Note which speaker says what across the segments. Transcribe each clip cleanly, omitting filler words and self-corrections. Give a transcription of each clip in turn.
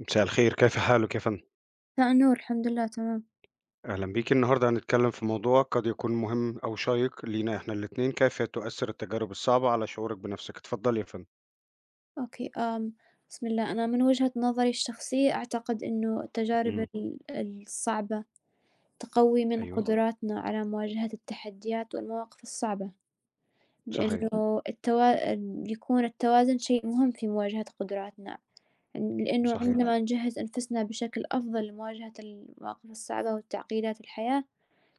Speaker 1: مساء الخير، كيف حالك يا فندم؟
Speaker 2: لأ نور، الحمد لله تمام.
Speaker 1: أهلا بيك. النهاردة هنتكلم في موضوع قد يكون مهم أو شيق لينا إحنا الاتنين. كيف تؤثر التجارب الصعبة على شعورك بنفسك؟ اتفضلي يا فندم.
Speaker 2: أوكي، بسم الله. أنا من وجهة نظري الشخصية أعتقد إنه التجارب
Speaker 1: إمم،
Speaker 2: الصعبة تقوي من
Speaker 1: أيوه،
Speaker 2: قدراتنا على مواجهة التحديات والمواقف الصعبة،
Speaker 1: صحيح،
Speaker 2: بإنه التوا ال يكون التوازن شيء مهم في مواجهة قدراتنا، لإنه صحيح.
Speaker 1: صحيح،
Speaker 2: عندما نجهز أنفسنا بشكل أفضل لمواجهة المواقف الصعبة وتعقيدات الحياة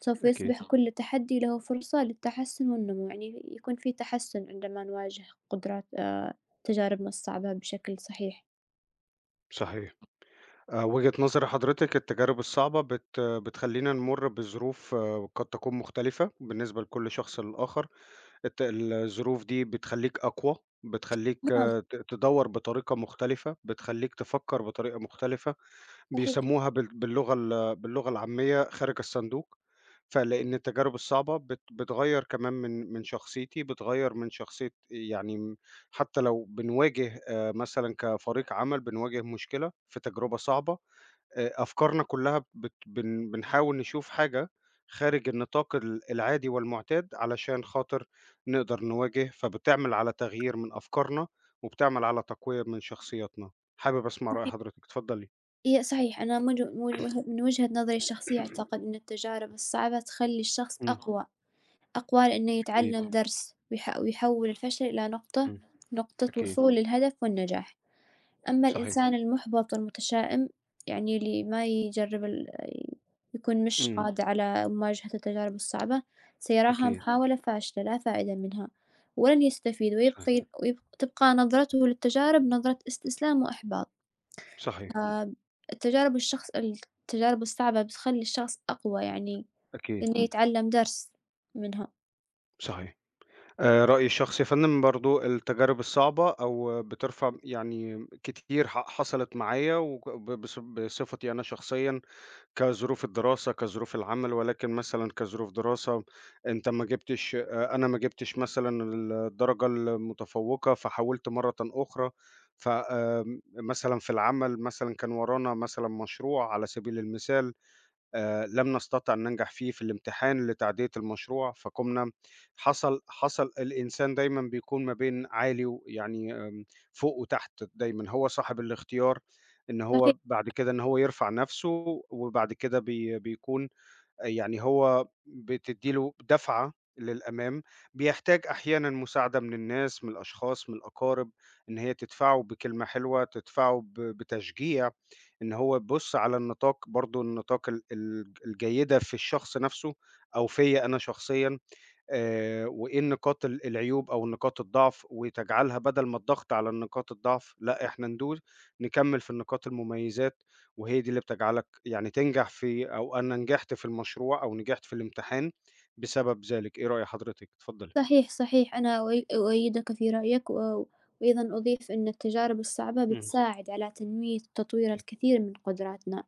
Speaker 2: سوف
Speaker 1: أكيد،
Speaker 2: يصبح كل تحدي له فرصة للتحسن والنمو، يعني يكون في تحسن عندما نواجه قدرات تجاربنا الصعبة بشكل صحيح.
Speaker 1: صحيح. وجهة نظر حضرتك، التجارب الصعبة بتخلّينا نمُر بظروف قد تكون مختلفة بالنسبة لكل شخص للآخر. الظروف دي بتخلّيك أقوى، بتخلّيك
Speaker 2: نعم،
Speaker 1: تدوّر بطريقة مختلفة، بتخلّيك تفكّر بطريقة مختلفة.
Speaker 2: صحيح،
Speaker 1: بيسموها باللغة العامية خارج الصندوق، فلإن التجارب الصعبة بتغيّر كمان من شخصيتي، بتغيّر من شخصية يعني حتى لو بنواجه مثلًا كفريق عمل بنواجه مشكلة في تجربة صعبة، أفكارنا كلّها بت بن بنحاول نشوف حاجة خارج النطاق العادي والمعتاد علشان خاطر نقدر نواجه، فبتعمل على تغيير من أفكارنا، وبتعمل على تقوية من شخصياتنا. حابب أسمع رأي
Speaker 2: صحيح.
Speaker 1: حضرتِك، اتفضلي.
Speaker 2: صحيح، أنا من و من وه من وجهة نظري الشخصية أعتقد إن التجارب الصعبة تخلّي الشخص
Speaker 1: إمم.
Speaker 2: أقوى، أقوى لإنه
Speaker 1: أكيد،
Speaker 2: يتعلم درس ويحوّل الفشل إلى نقطة
Speaker 1: إمم،
Speaker 2: نقطة
Speaker 1: أكيد،
Speaker 2: وصول للهدف والنجاح. أمّا
Speaker 1: صحيح،
Speaker 2: الإنسان المُحبَط والمتشائم، يعني اللي ما يجرّب يكون مش
Speaker 1: إمم،
Speaker 2: قادر على مواجهة التجارب الصعبة، سيراها
Speaker 1: أكيد،
Speaker 2: محاولة فاشلة لا فائدة منها، ولن يستفيد
Speaker 1: صحيح،
Speaker 2: ويبقي ويب تبقى نظرته للتجارب نظرة استسلام وإحباط،
Speaker 1: صحيح،
Speaker 2: فالتجارب الشخص التجارب الصعبة بتخلّي الشخص أقوى يعني،
Speaker 1: أكيد،
Speaker 2: إنه يتعلّم درس منها،
Speaker 1: صحيح. رأيي الشخصي يا فندم برضه التجارب الصعبة أو بترفع يعني كتير حصلت معايا وك ب بص بصفتي أنا شخصيًا، كظروف الدراسة، كظروف العمل، ولكن مثلًا كظروف دراسة، أنت ما جبتش أنا ما جبتش مثلًا الدرجة المتفوقة، فحاولت مرةً أخرى. ف آمم، مثلًا في العمل مثلًا كان ورانا مثلًا مشروع، على سبيل المثال لم نستطع أن ننجح فيه في الامتحان لتعدية المشروع، فقُمنا. حصل الإنسان دايمًا بيكون ما بين عالي ويعني فوق وتحت دايمًا، هو صاحب الاختيار إن
Speaker 2: صحيح
Speaker 1: هو بعد كده إن هو يرفع نَفْسه، وبعد كده بيكون يعني هو بتدّي له دَفعة للأمام، بيحتاج أحيانًا مساعدة من الناس، من الأشخاص، من الأقارب، إن هي تدفعه بكلمة حلوة، تدفعه بتشجيع، إن هو يبُص على النطاق برضه النطاق ال ال الجيدة في الشخص نَفْسه أو فيّا أنا شخصيًا. وإيه النقاط العيوب أو نقاط الضعف، وتجعلها بدل ما الضغط على النقاط الضعف، لأ إحنا ندوس نكمّل في النقاط المميزات، وهي دي اللي بتجعلك يعني تنجح في، أو أنا نجحت في المشروع أو نجحت في الامتحان بسبب ذلك. إيه رأي حضرتك؟ اتفضلي.
Speaker 2: صحيح، صحيح، أنا أؤيدك في رأيك، وأيضًا أضيف إن التجارب الصعبة
Speaker 1: إمم،
Speaker 2: بتساعد على تنمية وتطوير
Speaker 1: إمم،
Speaker 2: الكثير من قدراتنا،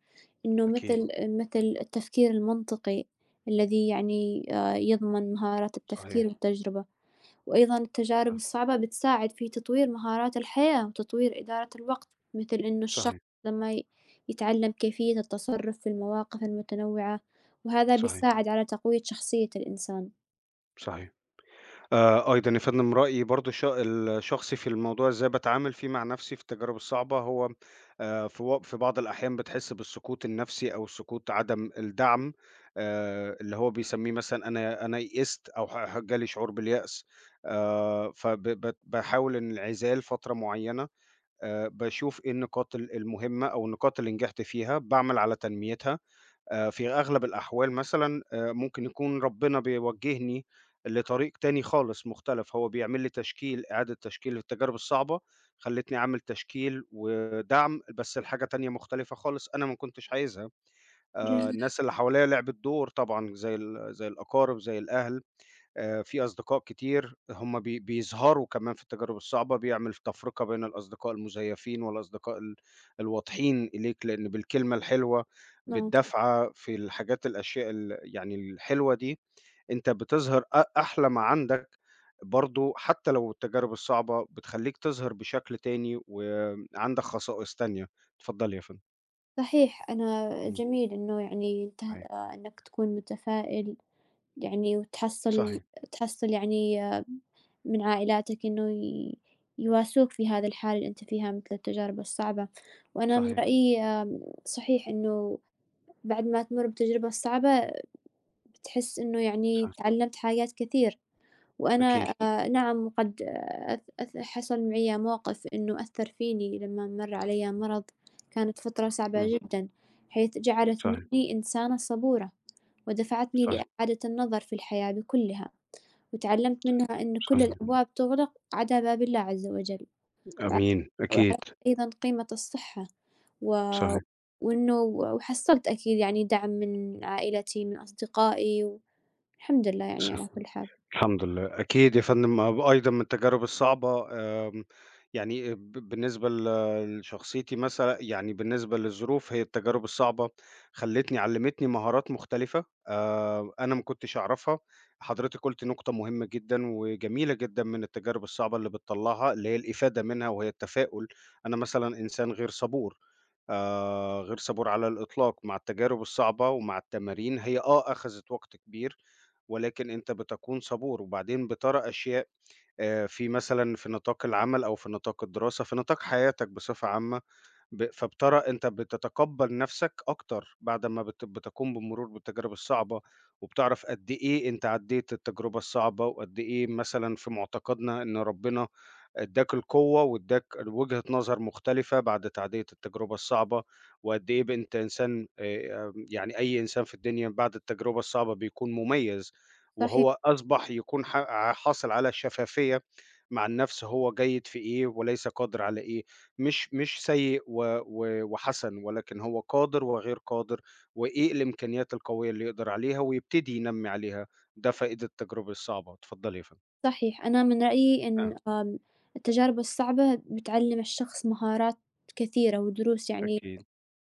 Speaker 2: إنه
Speaker 1: أكيد،
Speaker 2: مثل التفكير المنطقي الذي يعني يضمن مهارات
Speaker 1: صحيح،
Speaker 2: التفكير والتجربة، وأيضًا التجارب
Speaker 1: آه،
Speaker 2: الصعبة بتساعد في تطوير مهارات الحياة وتطوير إدارة الوقت، مثل إنه الشخص
Speaker 1: صحيح،
Speaker 2: لما ي يتعلم كيفية التصرف في المواقف المتنوعة، وهذا
Speaker 1: صحيح،
Speaker 2: بيساعد على تقوية شخصية الإنسان.
Speaker 1: صحيح. أيضًا يا فندم رأيي برضه الشخصي في الموضوع، إزاي باتعامل فيه مع نفسي في التجارب الصعبة، هو في في بعض الأحيان بتحس بالسقوط النفسي أو سقوط عدم الدعم، اللي هو بيسميه مثلًا أنا يئست أو جالي شعور باليأس. فب بت باحاول الانعزال فترة معينة، باشوف إيه النقاط المهمة أو النقاط اللي نجحت فيها، باعمل على تنميتها. في أغلب الأحوال مثلًا ممكن يكون ربنا بيوجّهني لطريق تاني خالص مختلف، هو بيعمل لي تشكيل، إعادة تشكيل للتجارب الصعبة، خلّتني أعمل تشكيل ودعم بس لحاجة تانية مختلفة خالص أنا ما كنتش عايزها.
Speaker 2: جميل،
Speaker 1: الناس اللي حواليّا لعبت دور طبعًا زي الأقارب، زي الأهل. في أصدقاء كتير هم بيظهروا كمان في التجارب الصعبة، بيعمل تفرقة بين الأصدقاء المزيفين والأصدقاء الواضحين إليك، لإن بالكلمة الحلوة،
Speaker 2: نعم.
Speaker 1: بالدفعة، في الحاجات الأشياء يعني الحلوة دي، أنت بتظهر أحلى ما عندك، برضه حتى لو التجارب الصعبة بتخلّيك تظهر بشكل تاني، وعندك خصائص تانية. اتفضلي يا فندم.
Speaker 2: صحيح، أنا
Speaker 1: إمم.
Speaker 2: جميل إنه يعني أنت
Speaker 1: صحيح،
Speaker 2: إنك تكون متفائل يعني وتحصّل
Speaker 1: صحيح،
Speaker 2: تحصّل يعني من عائلاتك إنه يواسوك في هذا الحال اللي أنت فيها مثل التجارب الصعبة، وأنا من
Speaker 1: صحيح،
Speaker 2: رأيي صحيح إنه بعد ما تمُر بالتجربة الصعبة بتحس إنه يعني
Speaker 1: صحيح،
Speaker 2: تعلّمت حاجات كثير. وأنا
Speaker 1: أكيد.
Speaker 2: أكيد. نعم قد أث أث حصل معي مواقف إنه أثّر فيني لمّا مَر عليَّ مرض، كانت فترة صعبة
Speaker 1: إمم.
Speaker 2: جدًا، حيث جعلت
Speaker 1: صحيح،
Speaker 2: مني إنسانة صبورة، ودفعتني
Speaker 1: صحيح،
Speaker 2: لإعادة النظر في الحياة بكلها، وتعلمت منها إن كل
Speaker 1: صحيح.
Speaker 2: الأبواب تُغلق عدا باب الله عز وجل، وع
Speaker 1: آمين، أكيد.
Speaker 2: وعرفت أيضًا قيمة الصحة، و
Speaker 1: صحيح،
Speaker 2: وإنه وحصلت أكيد يعني دعم من عائلتي، من أصدقائي، والحمد لله يعني
Speaker 1: صح
Speaker 2: على كل حال،
Speaker 1: الحمد لله. أكيد يا فندم أيضًا من التجارب الصعبة يعني بالنسبة لشخصيتي مثلًا، يعني بالنسبة للظروف، هي التجارب الصعبة خلّتني علّمتني مهارات مختلفة أنا ما كنتش أعرفها. حضرتِك قُلتِ نقطة مهمة جدًا وجميلة جدًا من التجارب الصعبة اللي بتطلّعها، اللي هي الإفادة منها، وهي التفاؤل. أنا مثلًا إنسان غير صبور، غير صبور على الإطلاق. مع التجارب الصعبة ومع التمارين هي أخذت وقت كبير، ولكن أنت بتكون صبور، وبعدين بترى أشياء. في مثلًا في نطاق العمل أو في نطاق الدراسة، في نطاق حياتك بصفة عامة، ب فبترى أنت بتتقبّل نَفْسك أكتر بعد ما بتقوم بمرور بالتجارب الصعبة، وبتعرف قد إيه أنت عدّيت التجربة الصعبة، وقد إيه مثلًا في مُعتقدنا إن ربنا ادّاك القوة وادّاك وجهة نظر مختلفة بعد تعديّة التجربة الصعبة، وقد إيه أنت إنسان يعني أي إنسان في الدنيا بعد التجربة الصعبة بيكون مُميّز،
Speaker 2: صحيح.
Speaker 1: وهو أصبح يكون حاصل على شفافية مع النَفْس، هو جيد في إيه وليس قادر على إيه. مش سيء و وحسن، ولكن هو قادر وغير قادر، وإيه الإمكانيات القوية اللي يقدر عليها ويبتدي ينمّي عليها. ده فائدة التجربة الصعبة. اتفضلي يا فندم.
Speaker 2: صحيح، أنا من رأيي
Speaker 1: آه،
Speaker 2: إن التجارب الصعبة بتعلّم الشخص مهارات كثيرة ودروس، يعني
Speaker 1: أكيد،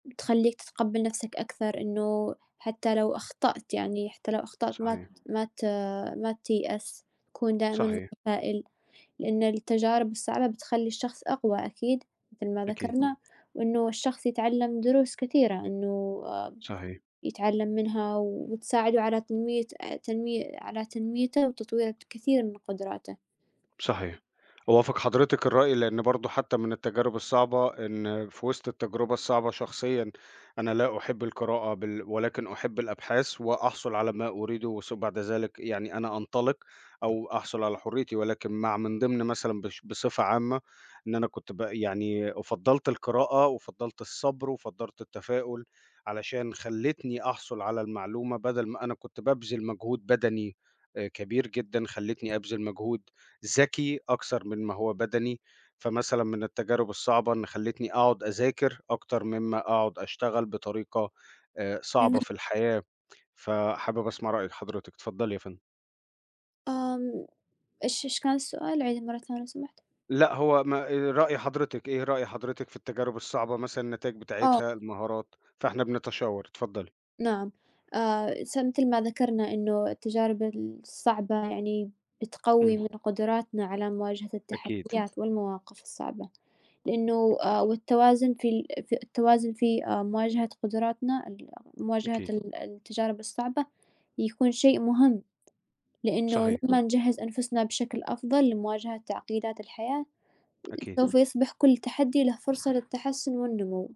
Speaker 2: بتخلّيك تتقبّل نَفْسك أكثر، إنه حتى لو أخطأت يعني حتى لو أخطأت
Speaker 1: صحيح،
Speaker 2: ما ت ما تيأس، تكون دائمًا
Speaker 1: صحيح،
Speaker 2: متفائل، لإن التجارب الصعبة بتخلّي الشخص أقوى أكيد مثل ما
Speaker 1: أكيد،
Speaker 2: ذكرنا، وإنه الشخص يتعلّم دروس كثيرة إنه
Speaker 1: صحيح.
Speaker 2: يتعلّم منها وتساعده على تنمية تنمي على تنميته وتطوير كثير من قدراته.
Speaker 1: صحيح. أوافق حضرتِك الرأي، لإن برضه حتى من التجارب الصعبة إن في وسط التجربة الصعبة شخصيًا، أنا لا أحب القراءة ولكن أحب الأبحاث وأحصل على ما أريده ثم بعد ذلك، يعني أنا أنطلق أو أحصل على حريتي، ولكن من ضمن مثلًا بصفة عامة، إن أنا كنت يعني فضّلت القراءة وفضّلت الصبر وفضّلت التفاؤل، علشان خلّتني أحصل على المعلومة بدل ما أنا كنت بابذل مجهود بدني كبير جدًا، خلّتني أبذل مجهود ذكي أكثر من ما هو بدني. فمثلًا من التجارب الصعبة إن خلّتني أقعد أذاكر أكتر مما أقعد أشتغل بطريقة صعبة في الحياة. فحابب أسمع رأي حضرتِك، اتفضلي يا فندم.
Speaker 2: آمم، إيش كان السؤال؟ عيديه مرة ثانية لو سمحت.
Speaker 1: لأ هو ما رأي حضرتِك، إيه رأي حضرتِك في التجارب الصعبة، مثلًا النتايج
Speaker 2: آه،
Speaker 1: بتاعتها، المهارات، فإحنا بنتشاور، اتفضلي.
Speaker 2: نعم، س مثل ما ذكرنا إنه التجارب الصعبة يعني بتقوي
Speaker 1: إمم،
Speaker 2: من قدراتنا على مواجهة
Speaker 1: أكيد،
Speaker 2: التحديات والمواقف الصعبة، لإنه
Speaker 1: أكيد،
Speaker 2: والتوازن في التوازن في مواجهة قدراتنا ال مواجهة
Speaker 1: أكيد،
Speaker 2: ال التجارب الصعبة يكون شيء مهم، لإنه
Speaker 1: صحيح،
Speaker 2: لمّا نجهّز أنفسنا بشكل أفضل لمواجهة تعقيدات الحياة،
Speaker 1: أكيد.
Speaker 2: سوف يصبح كل تحدي له فرصة للتحسن والنمو.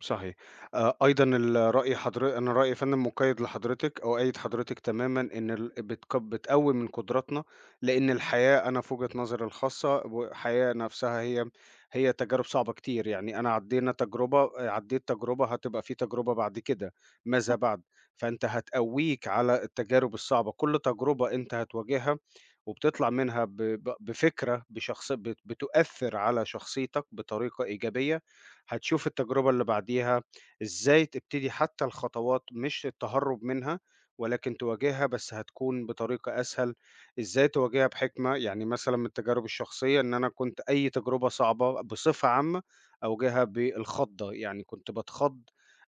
Speaker 1: صحيح. أيضًا ال رأي حضر أنا رأيي يا فندم مُقيّد لحضرتِك، أؤيّد حضرتِك تمامًا إن ال بتك بتقوّي من قدراتنا، لإن الحياة، أنا في وجهة نظري الخاصة، والحياة نفسها هي تجارب صعبة كتير، يعني أنا عدّينا تجربة عدّيت تجربة هتبقى في تجربة بعد كده، ماذا بعد؟ فأنت هتقوّيك على التجارب الصعبة، كل تجربة أنت هتواجهها وبتطلع منها ب ب بفكرة بشخص بتؤثّر على شخصيتك بطريقة إيجابية. هتشوف التجربة اللي بعديها إزاي تبتدي حتى الخطوات، مش التهرب منها ولكن تواجهها، بس هتكون بطريقة أسهل، إزاي تواجهها بحكمة. يعني مثلا من التجارب الشخصية، إن أنا كنت أي تجربة صعبة بصفة عامة أواجهها بالخضة، يعني كنت بتخض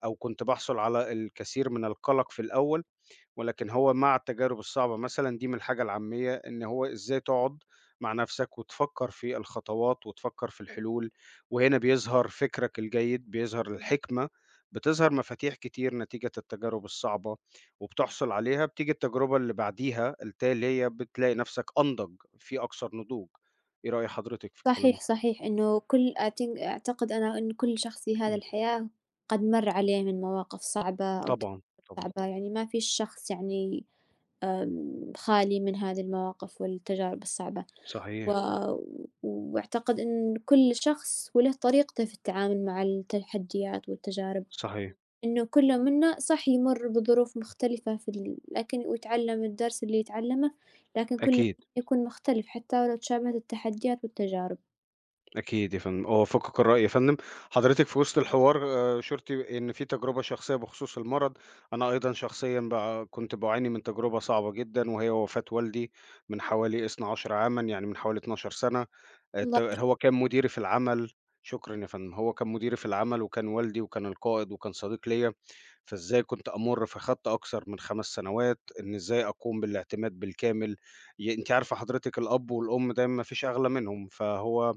Speaker 1: أو كنت بحصل على الكثير من القلق في الأول، ولكن هو مع التجارب الصعبة مثلًا، دي من الحاجة العامية، إن هو إزاي تقعد مع نفسك وتفكّر في الخطوات وتفكّر في الحلول. وهنا بيظهر فكرك الجيد، بيظهر الحكمة، بتظهر مفاتيح كتير نتيجة التجارب الصعبة وبتحصل عليها. بتيجي التجربة اللي بعديها التالية بتلاقي نفسك أنضج، في أكثر نضوج. إيه رأي حضرتك في الكلام ده؟
Speaker 2: صحيح، صحيح، إنه كل أعتن أعتقد أنا إن كل شخص في هذا
Speaker 1: إمم.
Speaker 2: الحياة قد مَر عليه من مواقف صعبة أو
Speaker 1: طبعًا،
Speaker 2: تجارب
Speaker 1: طبعًا.
Speaker 2: صعبة، يعني ما فيش شخص يعني خالي من هذه المواقف والتجارب الصعبة، و
Speaker 1: صحيح،
Speaker 2: وأعتقد إن كل شخص وله طريقته في التعامل مع التحديات والتجارب،
Speaker 1: صحيح.
Speaker 2: إنه كل منا صح يمُر بظروف مختلفة في ال لكن ويتعلم الدرس اللي يتعلمه، لكن كل
Speaker 1: أكيد.
Speaker 2: يكون مختلف حتى ولو تشابهت التحديات والتجارب.
Speaker 1: أكيد يا فندم، أوافقك الرأي يا فندم. حضرتك في وسط الحوار أشرتِ إن في تجربة شخصية بخصوص المرض. أنا أيضًا شخصيًا كنت باعاني من تجربة صعبة جدًا وهي وفاة والدي من حوالي 12 عامًا، يعني من حوالي 12 سنة.
Speaker 2: الله
Speaker 1: هو كان مديري في العمل. شكرًا يا فندم، هو كان مديري في العمل وكان والدي وكان القائد وكان صديق ليّا. فإزاي كنت أمُر في خَضّ أكثر من 5 سنوات، إن إزاي أقوم بالاعتماد بالكامل. أنتِ عارفة حضرتك الأب والأم دايمًا ما فيش أغلى منهم، فهو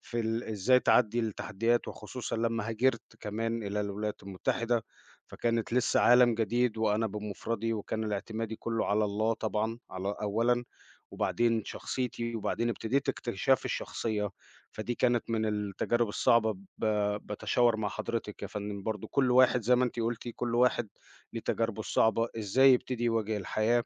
Speaker 1: في إزاي تعدّي التحديات، وخصوصًا لمّا هاجرت كمان إلى الولايات المتحدة، فكانت لسه عالم جديد وأنا بمفردي، وكان الاعتمادي كلّه على الله طبعًا، على أولًا، وبعدين شخصيتي، وبعدين ابتديت اكتشاف الشخصية. فدي كانت من التجارب الصعبة. ب باتشاور مع حضرتِك يا فندم برضه، كل واحد زي ما أنتِ قُلتِ، كل واحد ليه تجاربه الصعبة، إزاي يبتدي يواجه الحياة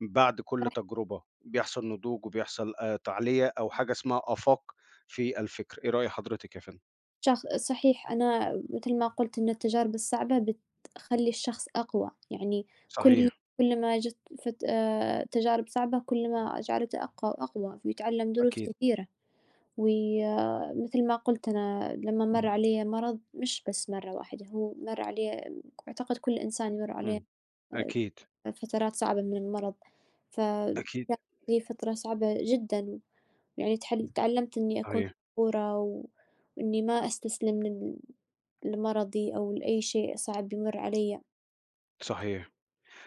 Speaker 1: بعد كل تجربة، بيحصل نضوج وبيحصل تعلية أو حاجة اسمها آفاق في الفكر. إيه رأي حضرتِك يا فندم؟
Speaker 2: صحيح، أنا متل ما قُلت إن التجارب الصعبة بتخلّي الشخص أقوى، يعني كل
Speaker 1: صحيح،
Speaker 2: كل ما جت فت تجارب صعبة كل ما جعلته أقوى وأقوى، ويتعلم دروس
Speaker 1: أكيد،
Speaker 2: كثيرة، وي آه، مثل ما قُلت أنا لمّا مَر عليَّ مرض مش بس مرّة واحدة، هو مَر عليه أعتقد كل إنسان يمُر عليه
Speaker 1: إمم، أكيد،
Speaker 2: فترات صعبة من المرض، ف
Speaker 1: أكيد،
Speaker 2: كانت لي فترة صعبة جدًا. يعني تعلمت إني أكون
Speaker 1: صحيح،
Speaker 2: صبورة وإني ما أستسلم لمرضي أو لأي شيء صعب يمر عليَّ.
Speaker 1: صحيح،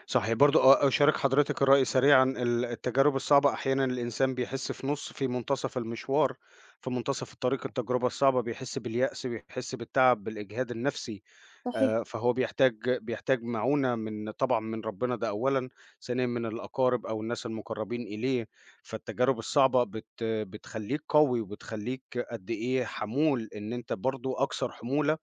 Speaker 1: صحيح، برضه أشارك حضرتِك الرأي سريعًا، التجارب الصعبة أحيانًا الإنسان بيحس في نُص في منتصف المشوار، في منتصف الطريق التجربة الصعبة بيحس باليأس، بيحس بالتعب، بالإجهاد النفسي.
Speaker 2: صحيح،
Speaker 1: فهو بيحتاج معونة من طبعًا من ربنا ده أولًا، ثانيًا من الأقارب أو الناس المقربين إليه. فالتجارب الصعبة بتخلّيك قوي وبتخلّيك قد إيه حمول، إن أنت برضه أكثر حمولة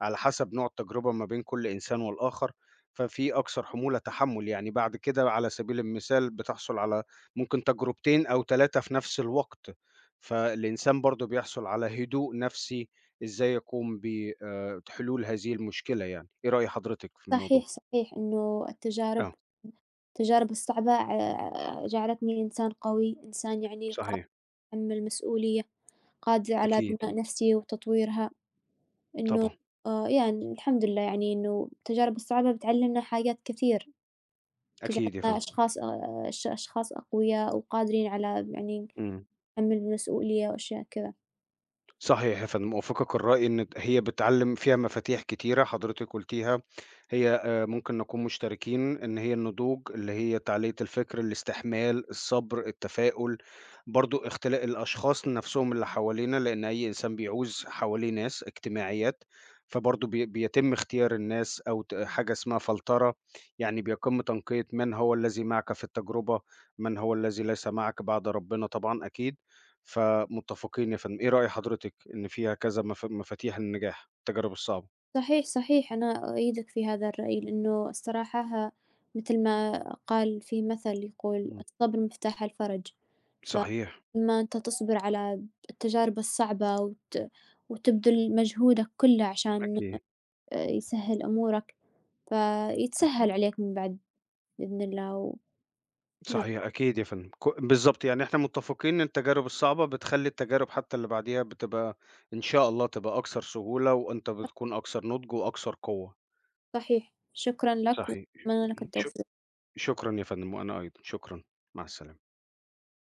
Speaker 1: على حسب نوع التجربة ما بين كل إنسان والآخر، ففي أكثر حمولة تحمُّل، يعني بعد كده على سبيل المثال بتحصل على ممكن تجربتين أو 3 في نفس الوقت. فالإنسان برضه بيحصل على هدوء نفسي، إزاي يقوم ب حلول هذه المشكلة يعني. إيه رأي حضرتك في الموضوع؟
Speaker 2: صحيح، صحيح إنه التجارب
Speaker 1: آه،
Speaker 2: التجارب الصعبة جعلتني إنسان قوي، إنسان يعني قادر
Speaker 1: صحيح،
Speaker 2: يتحمل مسؤولية، قادر على
Speaker 1: أكيد،
Speaker 2: بناء نفسي وتطويرها، إنه
Speaker 1: طبعًا،
Speaker 2: يعني الحمد لله يعني إنه التجارب الصعبة بتعلمنا حاجات كثير،
Speaker 1: أكيد يا
Speaker 2: تجعلنا
Speaker 1: فندم،
Speaker 2: أشخاص أش أشخاص أقوياء وقادرين على يعني
Speaker 1: إمم.
Speaker 2: تحمل المسؤولية وأشياء.
Speaker 1: صحيح، فأنا موافقك الرأي إن هي بتعلّم فيها مفاتيح كتيرة، حضرتِك قُلتيها، هي ممكن نكون مشتركين إن هي النضوج، اللي هي تعالية الفكر، الاستحمال، الصبر، التفاؤل، برضه اختلاق الأشخاص نَفْسهم اللي حوالينا، لإن أي إنسان بيعوز حواليه ناس، اجتماعيات، فبرضه بيتم اختيار الناس أو حاجة اسمها فلترة، يعني بيتم تنقية من هو الذي معك في التجربة، من هو الذي ليس معك بعد ربنا طبعًا أكيد. فمتفقين إيه رأي حضرتِك إن فيها كذا مفاتيح للنجاح، التجارب الصعبة؟
Speaker 2: صحيح، صحيح، أنا أؤيدك في هذا الرأي، لأنه الصراحة مثل ما قال في مثل يقول:
Speaker 1: إمم.
Speaker 2: "الصبر مفتاح الفرج."
Speaker 1: صحيح،
Speaker 2: فلما أنت تصبر على التجارب الصعبة وتبذل مجهودك كله عشان
Speaker 1: أكيد،
Speaker 2: يسهّل أمورك، فيتسهّل عليك من بعد بإذن الله. نعم،
Speaker 1: صحيح، أكيد يا فندم، بالضبط، يعني إحنا متفقين إن التجارب الصعبة بتخلّي التجارب حتى اللي بعديها بتبقى إن شاء الله تبقى أكثر سهولة، وأنت بتكون أكثر نضج وأكثر قوة.
Speaker 2: صحيح، شكرًا لك
Speaker 1: صحيح،
Speaker 2: وأتمنى لك
Speaker 1: ش
Speaker 2: التوفيق.
Speaker 1: شكرًا يا فندم، وأنا أيضًا، شكرًا، مع السلامة.